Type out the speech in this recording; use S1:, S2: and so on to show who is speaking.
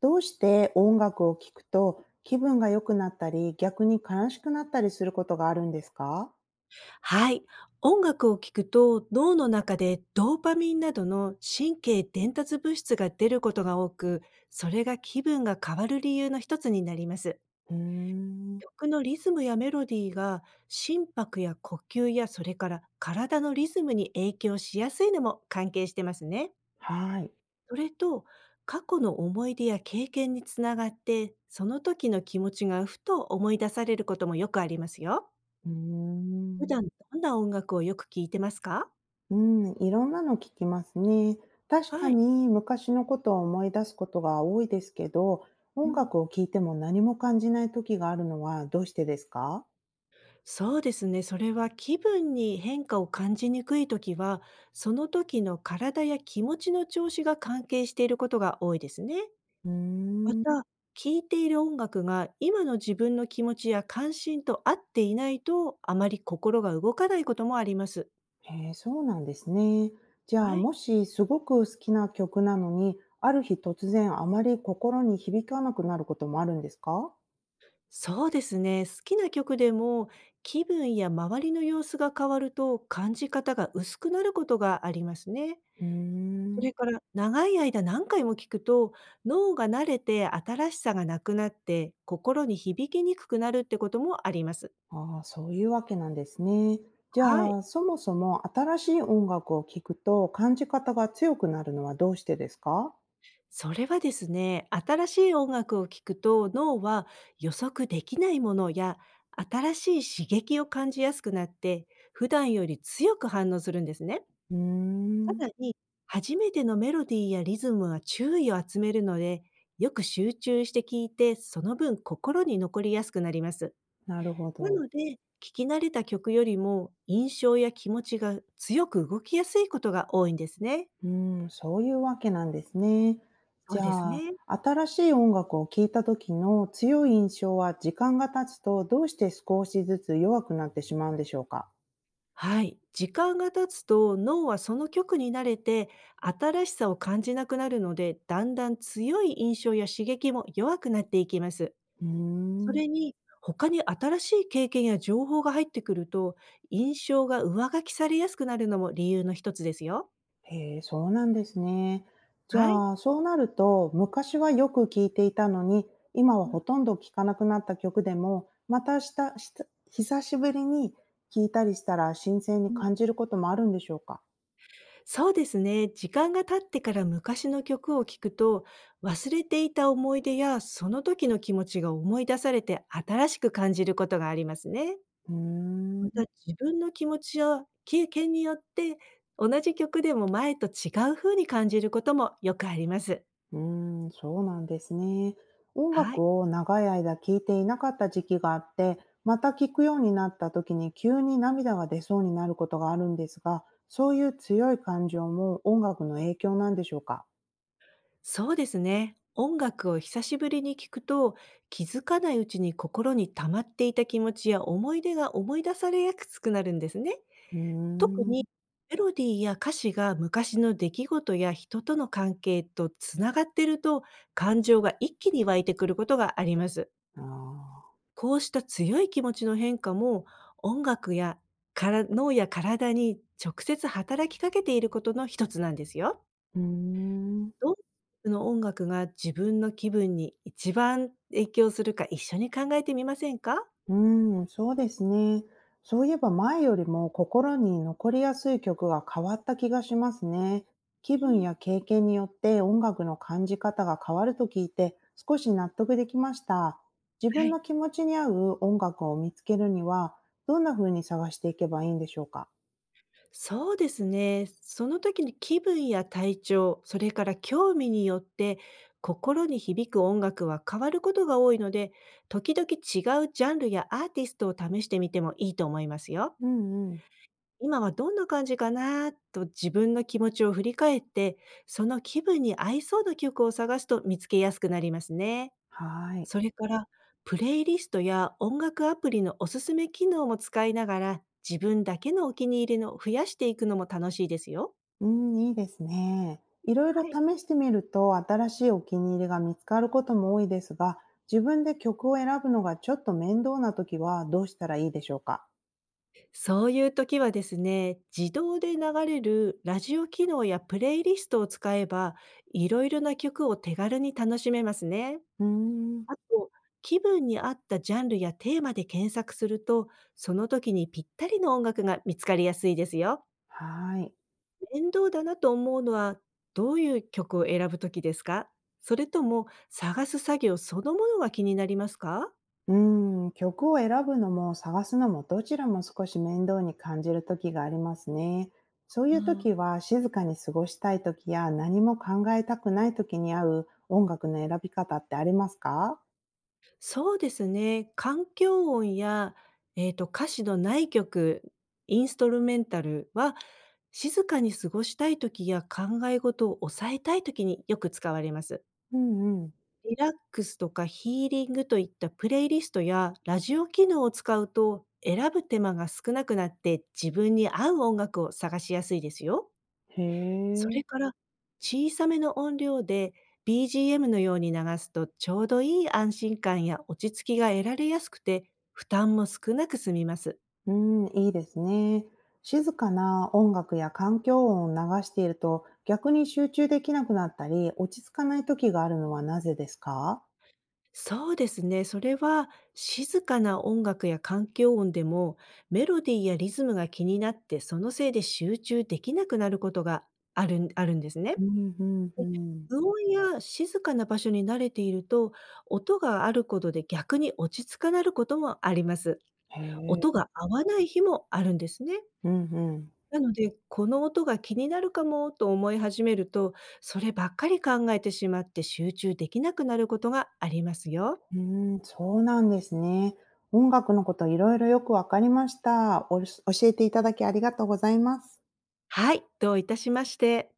S1: どうして音楽を聴くと気分が良くなったり、逆に悲しくなったりすることがあるんですか？
S2: はい。音楽を聴くと脳の中でドーパミンなどの神経伝達物質が出ることが多く、それが気分が変わる理由の一つになります。
S1: うーん。
S2: 曲のリズムやメロディーが心拍や呼吸やそれから体のリズムに影響しやすいのも関係してますね。
S1: はい。
S2: それと過去の思い出や経験につながってその時の気持ちがふと思い出されることもよくありますよ。
S1: うー
S2: 普
S1: ん。
S2: 段どんな音楽をよく聴いてますか？
S1: うん、いろんなの聞きますね。確か
S2: はい。
S1: に昔のことを思い出すことが多いですけど、
S2: う
S1: 音
S2: ん、
S1: 楽を聴いても何も感じない時があるのはどうしてですか？
S2: そうですね。それは気分に変化を感じにくいときは、その時の体や気持ちの調子が関係していることが多いですね。
S1: うー
S2: ま
S1: ん。
S2: た、聴いている音楽が今の自分の気持ちや関心と合っていないと、あまり心が動かないこともあります。
S1: へえ、そうなんですね。じゃあ、
S2: はい。
S1: もしすごく好きな曲なのに、ある日突然あまり心に響かなくなることもあるんですか？
S2: そうですね。好きな曲でも気分や周りの様子が変わると感じ方が薄くなることがありますね。
S1: うー
S2: そ
S1: ん。
S2: れから長い間何回も聞くと、脳が慣れて新しさがなくなって、心に響きにくくなるってこともあります。
S1: ああ、そういうわけなんですね。じ
S2: は
S1: ゃ
S2: い。
S1: あ、そもそも新しい音楽を聴くと感じ方が強くなるのはどうしてですか？
S2: それはですね、新しい音楽を聴くと脳は予測できないものや新しい刺激を感じやすくなって、普段より強く反応するんですね。
S1: うー
S2: さ
S1: ん。
S2: らに、初めてのメロディーやリズムは注意を集めるので、よく集中して聞いて、その分心に残りやすくなります。
S1: なるほ
S2: な
S1: ど。
S2: ので、聞き慣れた曲よりも印象や気持ちが強く動きやすいことが多いんですね。
S1: うん、そういうわけなんですね。
S2: そ
S1: じ
S2: う
S1: ゃ
S2: です
S1: あ、
S2: ね。
S1: 新しい音楽を聴いた時の強い印象は時間が経つとどうして少しずつ弱くなってしまうんでしょうか？
S2: はい。時間が経つと脳はその曲に慣れて新しさを感じなくなるので、だんだん強い印象や刺激も弱くなっていきます。
S1: うー
S2: そ
S1: ん。
S2: れに、他に新しい経験や情報が入ってくると、印象が上書きされやすくなるのも理由の一つですよ。
S1: へえ、そうなんですね。じ
S2: はい。
S1: ゃあ、そうなると昔はよく聴いていたのに、今はほ
S2: う
S1: とんど聴かなくなった曲でも、またしたした久しぶりに聴いたりしたら新鮮に感
S2: ん、
S1: じることもあるんでしょうか？
S2: そうですね。時間が経ってから昔の曲を聴くと、忘れていた思い出やその時の気持ちが思い出されて新しく感じることがありますね。
S1: うー
S2: また、
S1: ん。
S2: 自分の気持ちや経験によって、同じ曲でも前と違う風に感じることもよくあります。
S1: うーん、そうなんですね。音
S2: はい。
S1: 楽を長い間聴いていなかった時期があって、また聴くようになった時に急に涙が出そうになることがあるんですが、そういう強い感情も音楽の影響なんでしょうか？
S2: そうですね。音楽を久しぶりに聞くと、気づかないうちに心に溜まっていた気持ちや思い出が思い出されやすくなるんですね。
S1: うー
S2: 特
S1: ん。
S2: に、メロディーや歌詞が昔の出来事や人との関係とつながっていると、感情が一気に湧いてくることがあります。
S1: ああ。
S2: こうした強い気持ちの変化も、音楽やから脳や体に直接働きかけていることの一つなんですよ。
S1: うーん。
S2: どの音楽が自分の気分に一番影響するか、一緒に考えてみませんか？
S1: うーん、そうですね。そういえば前よりも心に残りやすい曲が変わった気がしますね。気
S2: う
S1: 分
S2: ん、
S1: や経験によって音楽の感じ方が変わると聞いて少し納得できました。自
S2: は
S1: 分
S2: い。
S1: の気持ちに合う音楽を見つけるにはどんな風に探していけばいいんでしょうか？
S2: そうですね。その時の気分や体調、それから興味によって心に響く音楽は変わることが多いので、時々違うジャンルやアーティストを試してみてもいいと思いますよ。
S1: うんうん。
S2: 今はどんな感じかなと自分の気持ちを振り返って、その気分に合いそうな曲を探すと見つけやすくなりますね。
S1: はい。
S2: それから、プレイリストや音楽アプリのおすすめ機能も使いながら、自分だけのお気に入りのを増やしていくのも楽しいですよ。
S1: うん、いいですね。いろいろ
S2: はい。
S1: 試してみると新しいお気に入りが見つかることも多いですが、自分で曲を選ぶのがちょっと面倒な時はどうしたらいいでしょうか？
S2: そういう時はですね、自動で流れるラジオ機能やプレイリストを使えば、いろいろな曲を手軽に楽しめますね。
S1: うーん、
S2: あと、気分に合ったジャンルやテーマで検索すると、その時にぴったりの音楽が見つかりやすいですよ。
S1: はい。
S2: 面倒だなと思うのは、どういう曲を選ぶときですか？それとも、探す作業そのものが気になりますか？
S1: 曲を選ぶのも探すのもどちらも少し面倒に感じる時がありますね。そうい
S2: う
S1: う時
S2: ん。
S1: は静かに過ごしたい時や何も考えたくない時に合う音楽の選び方ってありますか？
S2: そうですね、環境音や、歌詞のない曲、インストルメンタルは、静かに過ごしたい時や考え事を抑えたい時によく使われます。
S1: うんうん。
S2: リラックスとかヒーリングといったプレイリストやラジオ機能を使うと、選ぶ手間が少なくなって自分に合う音楽を探しやすいですよ。
S1: へ
S2: それ
S1: え。
S2: から、小さめの音量で BGM のように流すとちょうどいい安心感や落ち着きが得られやすくて、負担も少なく済みます。
S1: うん、いいですね。静かな音楽や環境音を流していると、逆に集中できなくなったり、落ち着かない時があるのはなぜですか？
S2: そうですね。それは、静かな音楽や環境音でもメロディーやリズムが気になって、そのせいで集中できなくなることがあるんですね。
S1: うんうんうん。
S2: 無音や静かな場所に慣れていると、音があることで逆に落ち着かなることもあります。
S1: へえ。
S2: 音が合わない日もあるんですね。
S1: うんうん。
S2: なので、この音が気になるかもと思い始めると、そればっかり考えてしまって集中できなくなることがありますよ。
S1: うん、そうなんですね。音楽のこといろいろよくわかりました。教えていただきありがとうございます。
S2: はい、どういたしまして。